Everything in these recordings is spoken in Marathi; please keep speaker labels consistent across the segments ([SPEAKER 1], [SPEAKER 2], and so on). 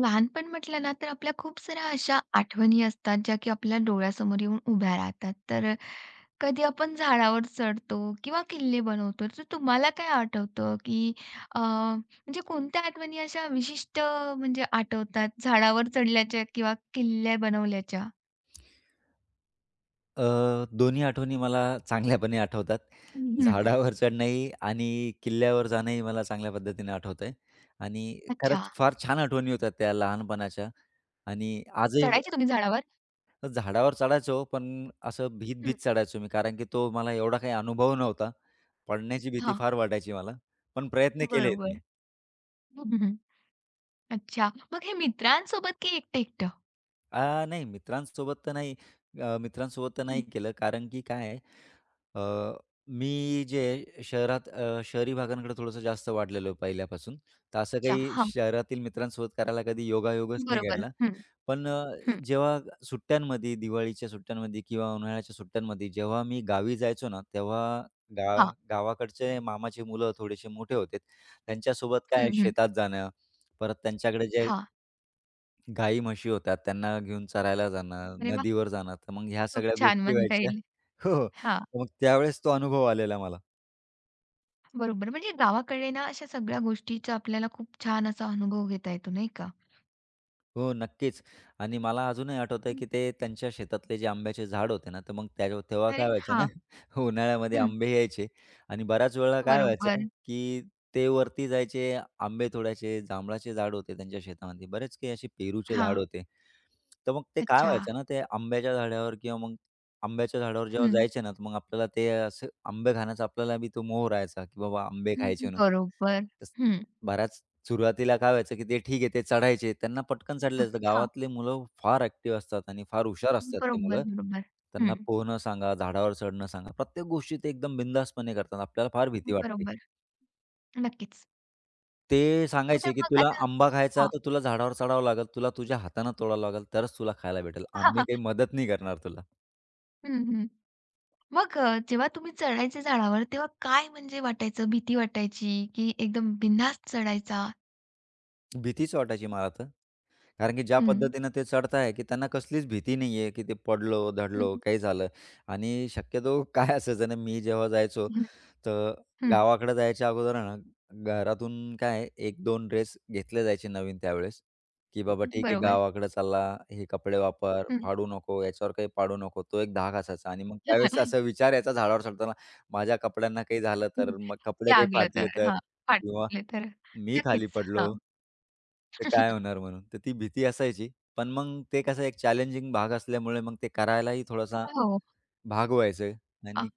[SPEAKER 1] लहानपण म्हटलं ना, तर आपल्या खूप साऱ्या अशा आठवणी असतात, ज्या की आपल्या डोळ्यासमोर येऊन उभ्या राहतात. तर कधी आपण झाडावर चढतो किंवा किल्ले बनवतो. तर तुम्हाला काय आठवतं, की म्हणजे कोणत्या आठवणी अशा विशिष्ट म्हणजे आठवतात झाडावर चढल्याच्या किंवा किल्ले बनवल्याच्या?
[SPEAKER 2] दोन्ही आठवणी मला चांगल्यापणे आठवतात.
[SPEAKER 1] हं,
[SPEAKER 2] झाडावर चढणंही आणि किल्ल्यावर जाणंही मला चांगल्या पद्धतीने आठवतंय आणि
[SPEAKER 1] अच्छा.
[SPEAKER 2] खरंच फार छान आठवणी होत्या त्या लहानपणाच्या आणि आजही
[SPEAKER 1] चढायचे तुम्ही झाडावर?
[SPEAKER 2] झाडावर चढायचो, पण असं भीत-भीत
[SPEAKER 1] हं.
[SPEAKER 2] चढायचो मी कारण की तो मला एवढा काही अनुभव नव्हता. पडण्याची भीती
[SPEAKER 1] हां.
[SPEAKER 2] फार वाटायची मला. पण प्रयत्न केलेत मी.
[SPEAKER 1] बरोबर. हं, अच्छा. मग हे मित्रांसोबत की एकटं-एकटं?
[SPEAKER 2] अ, नाही मित्रांसोबत तर नाही मित्रांसोबत तर नाही
[SPEAKER 1] हं.
[SPEAKER 2] केलं कारण की काय आहे, अ, मी जे शहरात शहरी भागांकडे थोडंसं जास्त वाढलेलो आहे पहिल्यापासून. तर असं
[SPEAKER 1] अच्छा.
[SPEAKER 2] काही
[SPEAKER 1] हां.
[SPEAKER 2] शहरातील मित्रांसोबत करायला कधी योगायोगच नाही
[SPEAKER 1] बरोबर.
[SPEAKER 2] घडला.
[SPEAKER 1] हं,
[SPEAKER 2] पण
[SPEAKER 1] हं.
[SPEAKER 2] जेव्हा सुट्ट्यांमध्ये, दिवाळीच्या सुट्ट्यांमध्ये किंवा उन्हाळ्याच्या सुट्ट्यांमध्ये जेव्हा मी गावी जायचो ना, तेव्हा गाव
[SPEAKER 1] हां.
[SPEAKER 2] गावाकडचे मामाचे मुलं थोडेसे मोठे होते. त्यांच्यासोबत
[SPEAKER 1] हं,
[SPEAKER 2] काय
[SPEAKER 1] हं.
[SPEAKER 2] शेतात जाणं, परत त्यांच्याकडे जे
[SPEAKER 1] हां.
[SPEAKER 2] गाई, म्हशी होत्या, त्यांना घेऊन चरायला जाणं,
[SPEAKER 1] अरे वाह!
[SPEAKER 2] नदीवर जाणं, तर मग ह्या
[SPEAKER 1] खूप
[SPEAKER 2] सगळ्या
[SPEAKER 1] छान
[SPEAKER 2] गोष्टी
[SPEAKER 1] म्हणता
[SPEAKER 2] व्हायच्या.
[SPEAKER 1] येईल.
[SPEAKER 2] हो, हो.
[SPEAKER 1] हां,
[SPEAKER 2] तर मग त्यावेळेस तो अनुभव आलेला मला.
[SPEAKER 1] बरोबर. म्हणजे गावाकडे ना अशा सगळ्या गोष्टीचा आपल्याला खूप छान असा अनुभव घेता येतो, नाही का?
[SPEAKER 2] हो, नक्कीच. आणि मला अजूनही आठवतंय,
[SPEAKER 1] हं.
[SPEAKER 2] की ते त्यांच्या शेतातले जे आंब्याचे झाड होते ना, तर मग त्या तेव्हा काय
[SPEAKER 1] अरे
[SPEAKER 2] व्हायचं ना,
[SPEAKER 1] हां,
[SPEAKER 2] उन्हाळ्यामध्ये
[SPEAKER 1] हं,
[SPEAKER 2] आंबे यायचे आणि बऱ्याच वेळेला काय व्हायचं,
[SPEAKER 1] बरोबर.
[SPEAKER 2] की ते वरती जायचे, आंबे तोडायचे. जांभळाचे झाड होते त्यांच्या शेतामध्ये, बरेच काही असे पेरूचे झाड
[SPEAKER 1] हां,
[SPEAKER 2] होते. तर मग ते काय
[SPEAKER 1] अच्छा.
[SPEAKER 2] व्हायचं ना, ते आंब्याच्या झाडावर किंवा मग आंब्याच्या झाडावर जेव्हा
[SPEAKER 1] हं,
[SPEAKER 2] जायचे ना, तर मग आपल्याला ते असं आंबे खाण्याचा बी तो मोह राहायचा, की बाबा आंबे
[SPEAKER 1] हं,
[SPEAKER 2] खायचे
[SPEAKER 1] हं,
[SPEAKER 2] म्हणून.
[SPEAKER 1] बरोबर.
[SPEAKER 2] तस
[SPEAKER 1] हं,
[SPEAKER 2] बऱ्याच सुरुवातीला काय व्हायचं, की ते ठीक आहे, ते चढायचे. त्यांना पटकन चढलं
[SPEAKER 1] हं,
[SPEAKER 2] जातं.
[SPEAKER 1] हां,
[SPEAKER 2] गावातले मुलं फार ॲक्टिव्ह असतात आणि फार हुशार असतात ते
[SPEAKER 1] बरोबर,
[SPEAKER 2] मुलं.
[SPEAKER 1] बरोबर.
[SPEAKER 2] त्यांना
[SPEAKER 1] हं,
[SPEAKER 2] पोहणं सांगा, झाडावर चढणं सांगा. प्रत्येक गोष्टी ते एकदम बिनधास्तपणे करतात. आपल्याला फार भीती वाटते.
[SPEAKER 1] बरोबर. नक्कीच.
[SPEAKER 2] ते
[SPEAKER 1] तर
[SPEAKER 2] सांगायचे, की
[SPEAKER 1] मग
[SPEAKER 2] "तुला
[SPEAKER 1] आता
[SPEAKER 2] आंबा खायचा
[SPEAKER 1] हां.
[SPEAKER 2] तर तुला झाडावर चढावं लागेल. तुला तुझ्या हातानं तोडावं लागेल, तरच तुला खायला भेटेल. आम्ही काही मदत नाही करणार तुला."
[SPEAKER 1] हं, हं. मग जेव्हा तुम्ही चढायचे झाडावर, तेव्हा काय म्हणजे वाटायचं? भीती वाटायची की एकदम बिनधास्त चढायचा?
[SPEAKER 2] भीतीच वाटायची मला तर. कारण की ज्या
[SPEAKER 1] हं,
[SPEAKER 2] पद्धतीनं ते चढताय, की त्यांना कसलीच भीती नाहीये, की ते पडलो,
[SPEAKER 1] हं,
[SPEAKER 2] धडलो, काही झालं आणि शक्यतो काय असायचं ना, मी जेव्हा जायचो
[SPEAKER 1] हं,
[SPEAKER 2] तर
[SPEAKER 1] हं.
[SPEAKER 2] गावाकडे जायच्या अगोदर आहे ना, घरातून काय 1-2 ड्रेस घेतले जायचे नवीन त्यावेळेस, की बाबा ठीक आहे
[SPEAKER 1] बरोबर.
[SPEAKER 2] गावाकडे चालला, हे कपडे वापर,
[SPEAKER 1] हं.
[SPEAKER 2] फाडू नको, याच्यावर काही पाडू नको. तो एक धाक असायचा आणि मग त्यावेळेस असा विचार यायचा झाडावर चढताना, माझ्या कपड्यांना काही झालं तर, मग कपडे काही
[SPEAKER 1] लागलं तर.
[SPEAKER 2] फाटले तर
[SPEAKER 1] हां,
[SPEAKER 2] किंवा
[SPEAKER 1] फाटले तर
[SPEAKER 2] मी खाली
[SPEAKER 1] नक्कीच. हां.
[SPEAKER 2] पडलो, तर काय होणार म्हणून. तर ती भीती असायची. पण मग ते कसं एक चॅलेंजिंग भाग असल्यामुळे मग ते करायलाही थोडासा
[SPEAKER 1] हो.
[SPEAKER 2] भाग व्हायचं
[SPEAKER 1] अ,
[SPEAKER 2] आणि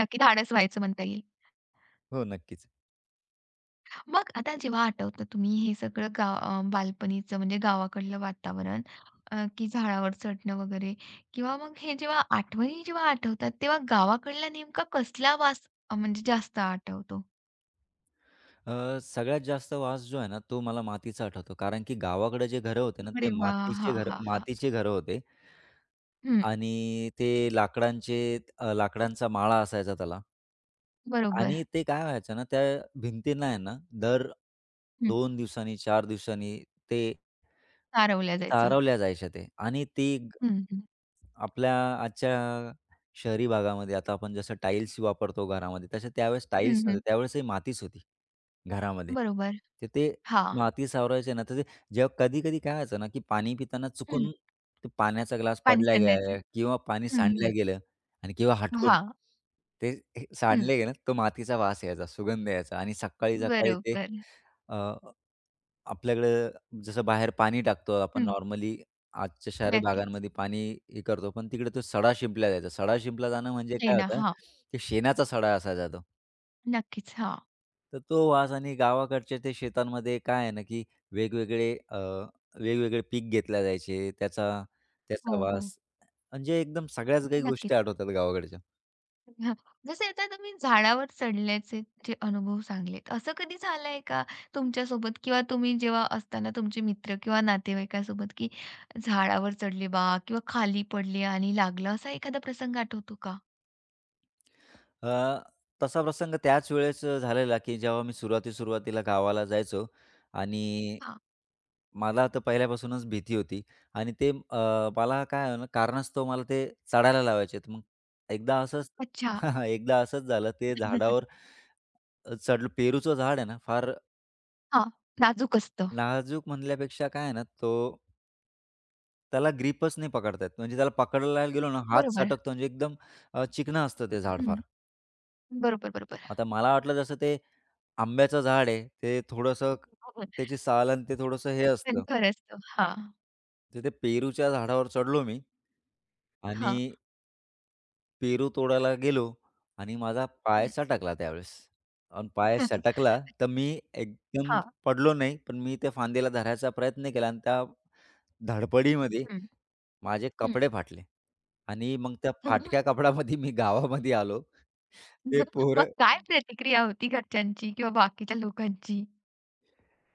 [SPEAKER 1] नक्की धाडस व्हायचं म्हणता येईल.
[SPEAKER 2] हो, नक्कीच.
[SPEAKER 1] मग आता जेव्हा आठवतं तुम्ही हे सगळं गाव बालपणीचं म्हणजे गावाकडलं वातावरण, की झाडावर चढणं वगैरे किंवा मग हे जेव्हा आठवणी जेव्हा आठवतात, तेव्हा गावाकडला नेमका कसला वास म्हणजे जास्त आठवतो?
[SPEAKER 2] सगळ्यात जास्त वास जो आहे ना, तो मला मातीचा आठवतो. कारण की गावाकडे जे घरं होते ना, ते
[SPEAKER 1] अरे वाह! हां, हां, हां.
[SPEAKER 2] मातीचे घरं होते
[SPEAKER 1] हं,
[SPEAKER 2] आणि ते लाकडांचे लाकडांचा माळा असायचा त्याला
[SPEAKER 1] बरोबर.
[SPEAKER 2] आणि ते काय व्हायचं ना, त्या भिंतींना आहे ना, दर
[SPEAKER 1] हं,
[SPEAKER 2] 2 दिवसांनी, 4 दिवसांनी ते
[SPEAKER 1] तारवल्या जायचं.
[SPEAKER 2] तारवल्या जायच्या ते आणि ती ग
[SPEAKER 1] हं, हं.
[SPEAKER 2] आपल्या आजच्या शहरी भागामध्ये आता आपण जसं टाइल्स वापरतो घरामध्ये, तसे त्यावेळेस
[SPEAKER 1] हं,
[SPEAKER 2] टाइल्स नव्हते.
[SPEAKER 1] हं.
[SPEAKER 2] त्यावेळेस ही मातीच होती घरामध्ये.
[SPEAKER 1] बरोबर.
[SPEAKER 2] तर ते
[SPEAKER 1] हां.
[SPEAKER 2] माती सावरायचे ना, तर ते जेव्हा कधी-कधी काय व्हायचं ना, की पाणी पिताना चुकून ते पाण्याचा ग्लास
[SPEAKER 1] पाणी
[SPEAKER 2] पडला
[SPEAKER 1] सांडायचं.
[SPEAKER 2] गेला किंवा पाणी
[SPEAKER 1] हं, हं.
[SPEAKER 2] सांडलं गेलं आणि किंवा हटकून
[SPEAKER 1] हां.
[SPEAKER 2] ते हे
[SPEAKER 1] हं.
[SPEAKER 2] सांडले गेलं, तो मातीचा वास यायचा, सुगंध यायचा आणि सकाळी-सकाळी ते
[SPEAKER 1] बरोबर.
[SPEAKER 2] आपल्याकडे जसं बाहेर पाणी टाकतो आपण
[SPEAKER 1] हं.
[SPEAKER 2] नॉर्मली आजच्या शहरी हो.
[SPEAKER 1] नक्कीच.
[SPEAKER 2] भागांमध्ये पाणी हे करतो, पण तिकडे तो सडा शिंपला जायचा. सडा शिंपला जाणं म्हणजे
[SPEAKER 1] ते
[SPEAKER 2] काय
[SPEAKER 1] ना.
[SPEAKER 2] होतं,
[SPEAKER 1] हां.
[SPEAKER 2] की शेणाचा सडा असायचा तो.
[SPEAKER 1] नक्कीच. हां.
[SPEAKER 2] तर तो वास आणि गावाकडच्या ते शेतांमध्ये काय आहे ना, की वेगवेगळे अ, वेगवेगळे पीक घेतल्या जायचे. त्याचा त्याचा
[SPEAKER 1] हो, हो.
[SPEAKER 2] वास म्हणजे एकदम सगळ्याच काही
[SPEAKER 1] नक्कीच.
[SPEAKER 2] गोष्टी आठवतात गावाकडच्या.
[SPEAKER 1] हां. जसे आता तुम्ही झाडावर चढल्याचे जे अनुभव सांगलेत, असं कधी झालंय का तुमच्यासोबत किंवा तुम्ही जेव्हा असताना तुमचे मित्र किंवा नातेवाईकासोबत, की झाडावर चढले बा किंवा खाली पडले आणि लागलं, असा एखादा प्रसंग आठवतो का?
[SPEAKER 2] अ, तसा प्रसंग त्याच वेळेस झालेला, की जेव्हा मी सुरुवाती-सुरुवातीला गावाला जायचो आणि
[SPEAKER 1] हां.
[SPEAKER 2] मला तर पहिल्यापासूनच भीती होती आणि ते मला काय आहे ना, कारणास्तव मला ते चढायला लावायचे. तर मग एकदा असंच
[SPEAKER 1] अच्छा.
[SPEAKER 2] एकदा असंच झालं. ते झाडावर अ, पेरूचं झाड आहे ना, फार
[SPEAKER 1] हां. नाजूक असतं.
[SPEAKER 2] नाजूक म्हणल्यापेक्षा काय आहे ना, तो त्याला ग्रिपच नाही पकडता म्हणजे त्याला पकडायला गेलो ना, हात
[SPEAKER 1] बरोबर.
[SPEAKER 2] सटकतो म्हणजे एकदम, चिकनं असतं ते झाड फार.
[SPEAKER 1] हं. बरोबर, बरोबर.
[SPEAKER 2] आता मला वाटलं जसं ते आंब्याचं झाड आहे, ते थोडंसं त्याची साल आणि ते थोडंसं हे असतं.
[SPEAKER 1] खरं असतं. हां.
[SPEAKER 2] तर ते पेरूच्या झाडावर चढलो मी आणि
[SPEAKER 1] हां.
[SPEAKER 2] पेरू तोडायला गेलो आणि माझा पाय
[SPEAKER 1] हं.
[SPEAKER 2] सटकला त्यावेळेस. आणि पाय सटकला तर मी एकदम
[SPEAKER 1] हां.
[SPEAKER 2] पडलो नाही, पण मी त्या फांदीला धरायचा प्रयत्न केला आणि त्या धडपडीमध्ये
[SPEAKER 1] हं,
[SPEAKER 2] माझे
[SPEAKER 1] हं.
[SPEAKER 2] कपडे फाटले आणि मग त्या फाटक्या कपड्यामध्ये मी गावामध्ये आलो. ते
[SPEAKER 1] मग
[SPEAKER 2] पोरं
[SPEAKER 1] काय प्रतिक्रिया होती घरच्यांची किंवा बाकीच्या लोकांची?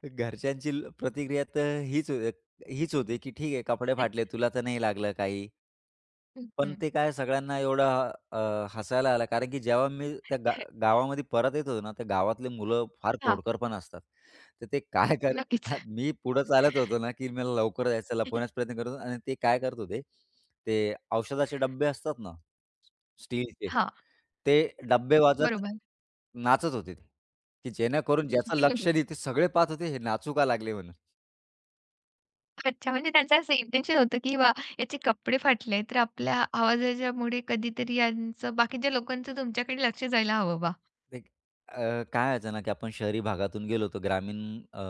[SPEAKER 2] घरच्यांची प्रतिक्रिया तर हीच हीच होती, की "ठीक आहे, कपडे फाटले, तुला तर नाही लागलं काही.
[SPEAKER 1] हं,
[SPEAKER 2] पण
[SPEAKER 1] हं.
[SPEAKER 2] ते काय सगळ्यांना एवढं हसायला आलं कारण की जेव्हा मी त्या गा गावामध्ये परत येत होतो ना, त्या गावातले मुलं फार
[SPEAKER 1] हां,
[SPEAKER 2] खोडकर पण असतात. तर ते काय कर
[SPEAKER 1] नक्कीच.
[SPEAKER 2] मी पुढं चालत होतो ना, की मला लवकर जायचं लपवण्याचा प्रयत्न करत होतो आणि ते काय करत होते, ते औषधाचे डब्बे असतात ना, स्टीलचे,
[SPEAKER 1] हां,
[SPEAKER 2] ते डब्बे वाजत
[SPEAKER 1] बरोबर.
[SPEAKER 2] नाचत होते ते, की जेणेकरून ज्याचं लक्ष नाही ते सगळे पाहत होते हे नाचू का लागले म्हणून.
[SPEAKER 1] अच्छा, म्हणजे त्यांचं असं इंटेन्शन होतं, की "वाह! याचे कपडे फाटले, तर आपल्या आवाजाच्यामुळे कधीतरी यांचं बाकीच्या लोकांचं तुमच्याकडे लक्ष जायला हवं बा."
[SPEAKER 2] लाइक, काय व्हायचं ना, की आपण शहरी भागातून गेलो, तर ग्रामीण अ,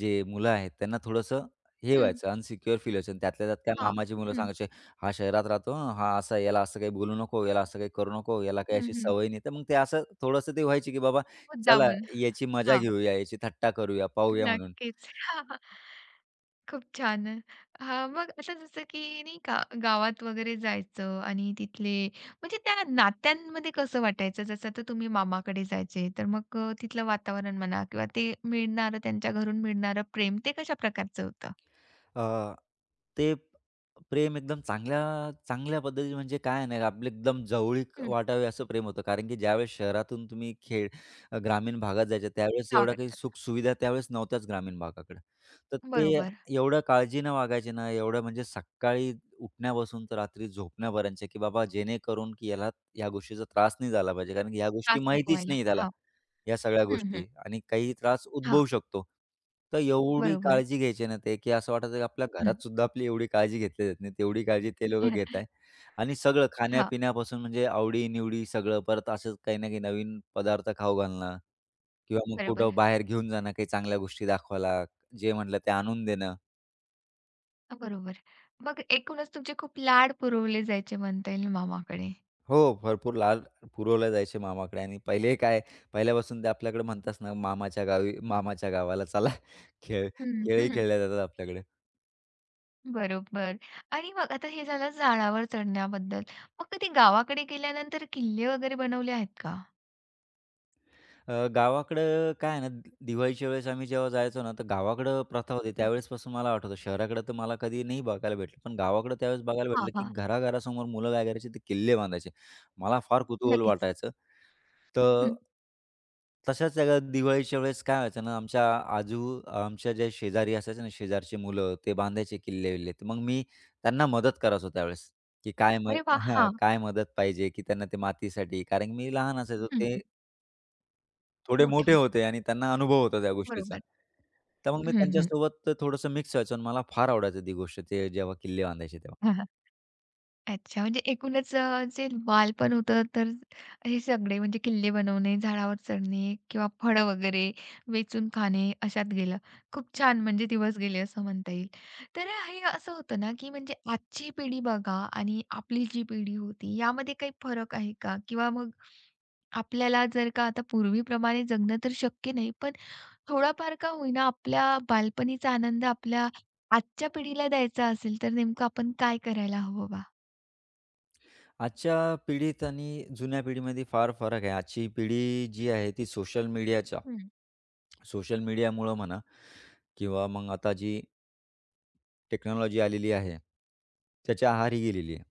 [SPEAKER 2] जे मुलं आहेत, त्यांना थोडंसं हे
[SPEAKER 1] हं.
[SPEAKER 2] व्हायचं, अनसिक्युअर फील व्हायचं. आणि त्यातल्या त्यात काय
[SPEAKER 1] हां.
[SPEAKER 2] मामाची मुलं
[SPEAKER 1] हं,
[SPEAKER 2] सांगायचे, "हा शहरात राहतो, हं, हा असा आहे, याला असं काही बोलू नको, याला असं काही करू नको, याला काही
[SPEAKER 1] हं,
[SPEAKER 2] अशी
[SPEAKER 1] हं.
[SPEAKER 2] सवय नाही." तर मग ते असं थोडंसं ते व्हायची, की बाबा चला
[SPEAKER 1] मुद्दामून.
[SPEAKER 2] याची मजा
[SPEAKER 1] हां,
[SPEAKER 2] घेऊया, याची थट्टा करूया, पाहूया म्हणून.
[SPEAKER 1] नक्कीच. खूप छान. हां, मग आता जसं की नाही का गावात वगैरे जायचं आणि तिथले म्हणजे त्या नात्यांमध्ये कसं वाटायचं? जसं आता तुम्ही मामाकडे जायचे, तर मग तिथलं वातावरण म्हणा किंवा ते मिळणारं त्यांच्या घरून मिळणारं प्रेम ते कशा प्रकारचं होतं?
[SPEAKER 2] अ, ते प्रेम एकदम चांगल्या चांगल्या पद्धती म्हणजे काय नाही आपलं एकदम जवळीक
[SPEAKER 1] हं,
[SPEAKER 2] वाटावे असं प्रेम होतं. कारण की ज्यावेळेस शहरातून तुम्ही ग्रामीण भागात जायच्या त्यावेळेस एवढ्या
[SPEAKER 1] गावाकडे
[SPEAKER 2] काही
[SPEAKER 1] जातो.
[SPEAKER 2] सुखसुविधा त्यावेळेस नव्हत्याच ग्रामीण भागाकडे. तर ते
[SPEAKER 1] बरोबर.
[SPEAKER 2] एवढं काळजीनं वागायचे ना, एवढं म्हणजे सकाळी उठण्यापासून तर रात्री झोपण्यापर्यंतचे, की बाबा जेणेकरून की याला या गोष्टीचा त्रास नाही झाला पाहिजे. कारण की ह्या गोष्टी
[SPEAKER 1] त्रास नको
[SPEAKER 2] माहितीच
[SPEAKER 1] व्हायला.
[SPEAKER 2] नाही त्याला.
[SPEAKER 1] हां.
[SPEAKER 2] या सगळ्या
[SPEAKER 1] हं, हं.
[SPEAKER 2] गोष्टी आणि काही त्रास
[SPEAKER 1] हां,
[SPEAKER 2] उद्भवू शकतो. तर एवढी
[SPEAKER 1] बरोबर.
[SPEAKER 2] काळजी घ्यायची ना ते, की असं वाटायचं की आपल्या
[SPEAKER 1] हं.
[SPEAKER 2] घरात सुद्धा आपली एवढी काळजी घेतली जात नाही. तेवढी काळजी ते लोकं घेत आहे आणि सगळं
[SPEAKER 1] हां,
[SPEAKER 2] खाण्यापिण्यापासून म्हणजे आवडी-निवडी सगळं. परत असंच काही ना काही नवीन पदार्थ खाऊ घालणं किंवा मग
[SPEAKER 1] बरोबर.
[SPEAKER 2] कुठं बाहेर घेऊन जाणं, काही चांगल्या गोष्टी दाखवायला, जे म्हटलं ते आणून देणं.
[SPEAKER 1] हां, बरोबर. मग एकूणच तुमचे खूप लाड पुरवले जायचे म्हणता येईल मामाकडे.
[SPEAKER 2] हो, भरपूर लाड पुरवले जायचे मामाकडे आणि पहिले काय, पहिल्यापासून ते आपल्याकडे म्हणताच ना, मामाच्या गावाला चला खेळ
[SPEAKER 1] हं.
[SPEAKER 2] खेळही
[SPEAKER 1] हं.
[SPEAKER 2] खेळले जातात आपल्याकडे.
[SPEAKER 1] बरोबर. आणि मग आता हे झालं झाडावर चढण्याबद्दल. मग कधी गावाकडे गेल्यानंतर किल्ले वगैरे बनवले आहेत का?
[SPEAKER 2] गावाकडं काय आहे ना, दिवाळीच्या वेळेस आम्ही जेव्हा जायचो ना, तर गावाकडं प्रथा होती.
[SPEAKER 1] हं.
[SPEAKER 2] त्यावेळेसपासून मला आठवतं. शहराकडे तर मला कधी नाही बघायला भेटलं. पण गावाकडं त्यावेळेस बघायला
[SPEAKER 1] हां,
[SPEAKER 2] भेटलं, की
[SPEAKER 1] हां.
[SPEAKER 2] घराघरासमोर मुलं काय करायची, ते किल्ले बांधायचे. मला फार कुतूहल
[SPEAKER 1] नक्कीच.
[SPEAKER 2] वाटायचं. तर
[SPEAKER 1] हं.
[SPEAKER 2] तशाच एका दिवाळीच्या वेळेस काय व्हायचं ना, आमच्या जे शेजारी असायचे ना, शेजारचे मुलं, ते बांधायचे किल्ले-विल्ले. तर मग मी त्यांना मदत करायचो त्यावेळेस, की काय मग
[SPEAKER 1] अरे वाह!
[SPEAKER 2] हां,
[SPEAKER 1] हां.
[SPEAKER 2] काय मदत पाहिजे, की त्यांना ते मातीसाठी कारण मी लहान असायचो.
[SPEAKER 1] हं.
[SPEAKER 2] ते थोडे मोठे
[SPEAKER 1] मोठी.
[SPEAKER 2] होते आणि त्यांना अनुभव होता त्या गोष्टीचा.
[SPEAKER 1] बरोबर.
[SPEAKER 2] तर मग मी हं.
[SPEAKER 1] हं, हं.
[SPEAKER 2] त्यांच्यासोबत खरंतर मिक्स व्हायचो आणि मला फार आवडायचं ती गोष्ट ते जेव्हा किल्ले बांधायचे तेव्हा.
[SPEAKER 1] अच्छा, म्हणजे एकूणच जे बालपण होतं, तर हे सगळे म्हणजे किल्ले बनवणे, झाडावर चढणे किंवा फळं वगैरे वेचून खाणे, अशात गेलं. खूप छान म्हणजे दिवस गेले असं म्हणता येईल. तर हे असं होतं ना, की म्हणजे आजची पिढी बघा आणि आपली जी पिढी होती, यामध्ये काही फरक आहे का? किंवा मग आपल्याला जर का आता पूर्वीप्रमाणे जगणं तर शक्य नाही, पण थोडाफार का होईना आपल्या बालपणीचा आनंद आपल्या आजच्या पिढीला द्यायचा असेल, तर नेमकं आपण काय करायला हवं बा?
[SPEAKER 2] आजच्या पिढीत आणि जुन्या पिढीमध्ये फार फरक आहे. आजची पिढी जी आहे ती सोशल मीडियामुळं म्हणा किंवा मग आता जी टेक्नॉलॉजी आलेली आहे, त्याच्या आहारी गेलेली आहे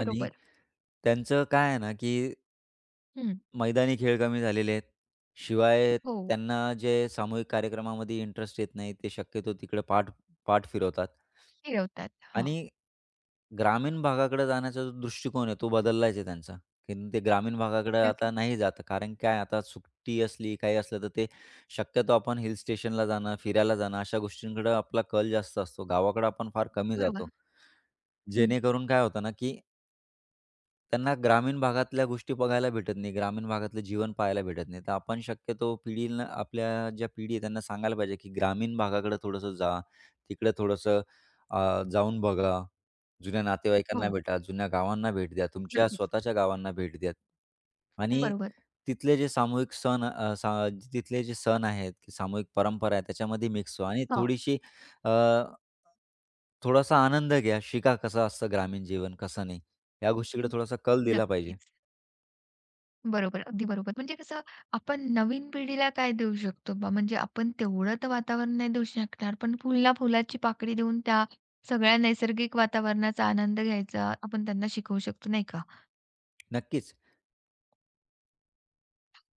[SPEAKER 2] आणि त्यांचं काय आहे ना, की
[SPEAKER 1] हं.
[SPEAKER 2] मैदानी खेळ कमी झालेले आहेत. शिवाय
[SPEAKER 1] हो,
[SPEAKER 2] त्यांना जे सामूहिक कार्यक्रमामध्ये इंटरेस्ट येत नाही, ते शक्यतो तिकडे पाठ पाठ फिरवतात.
[SPEAKER 1] फिरवतात. हां,
[SPEAKER 2] आणि ग्रामीण भागाकडे जाण्याचा जो दृष्टिकोन आहे, तो बदललाच आहे त्यांचा, की ते ग्रामीण भागाकडे
[SPEAKER 1] नक्कीच.
[SPEAKER 2] आता नाही जात. कारण काय आता सुट्टी असली, काही असलं, तर ते शक्यतो आपण हिल स्टेशनला जाणं, फिरायला जाणं, अशा गोष्टींकडे आपला कल जास्त असतो. गावाकडे आपण फार कमी जातो.
[SPEAKER 1] बरोबर. हं.
[SPEAKER 2] जेणेकरून काय होतं ना, की त्यांना ग्रामीण भागातल्या गोष्टी बघायला भेटत नाही. ग्रामीण भागातलं जीवन पाहायला भेटत नाही. तर आपण शक्यतो पिढीला आपल्या ज्या पिढी आहे त्यांना सांगायला पाहिजे, की ग्रामीण भागाकडे थोडंसं जा. तिकडे थोडंसं जाऊन बघा. जुन्या नातेवाईकांना
[SPEAKER 1] हो,
[SPEAKER 2] भेटा, जुन्या गावांना भेट द्या, तुमच्या
[SPEAKER 1] नक्कीच.
[SPEAKER 2] स्वतःच्या गावांना भेट द्या. आणि
[SPEAKER 1] बरोबर.
[SPEAKER 2] तिथले जे सामूहिक सण अ, सा तिथले जे सण आहेत, की सामूहिक परंपरा आहे त्याच्यामध्ये मिक्स व्हा आणि
[SPEAKER 1] हां.
[SPEAKER 2] अ, थोडासा आनंद घ्या. शिका कसं असतं ग्रामीण जीवन, कसं नाही. या गोष्टीकडे
[SPEAKER 1] हं,
[SPEAKER 2] थोडासा कल दिला पाहिजे.
[SPEAKER 1] नक्कीच. बरोबर, अगदी बरोबर. म्हणजे कसं आपण नवीन पिढीला काय देऊ शकतो बा? म्हणजे आपण तेवढं तर वातावरण नाही देऊ शकणार, पण फुलला फुलाची पाकळी देऊन त्या सगळ्या नैसर्गिक वातावरणाचा आनंद घ्यायचा आपण त्यांना शिकवू शकतो, नाही का?
[SPEAKER 2] नक्कीच,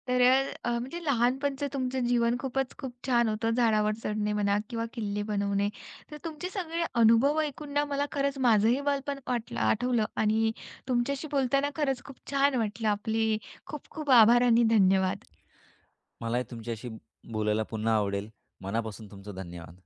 [SPEAKER 1] तर म्हणजे लहानपणचं तुमचं जीवन खूपच खूप छान होतं. झाडावर चढणे म्हणा किंवा किल्ले बनवणे. तर तुमचे सगळे अनुभव ऐकून ना मला खरंच माझंही बालपण वाटलं आठवलं आणि तुमच्याशी बोलताना खरंच खूप छान वाटलं. आपले खूप खूप आभार आणि धन्यवाद.
[SPEAKER 2] मलाही तुमच्याशी बोलायला पुन्हा आवडेल. मनापासून तुमचं धन्यवाद.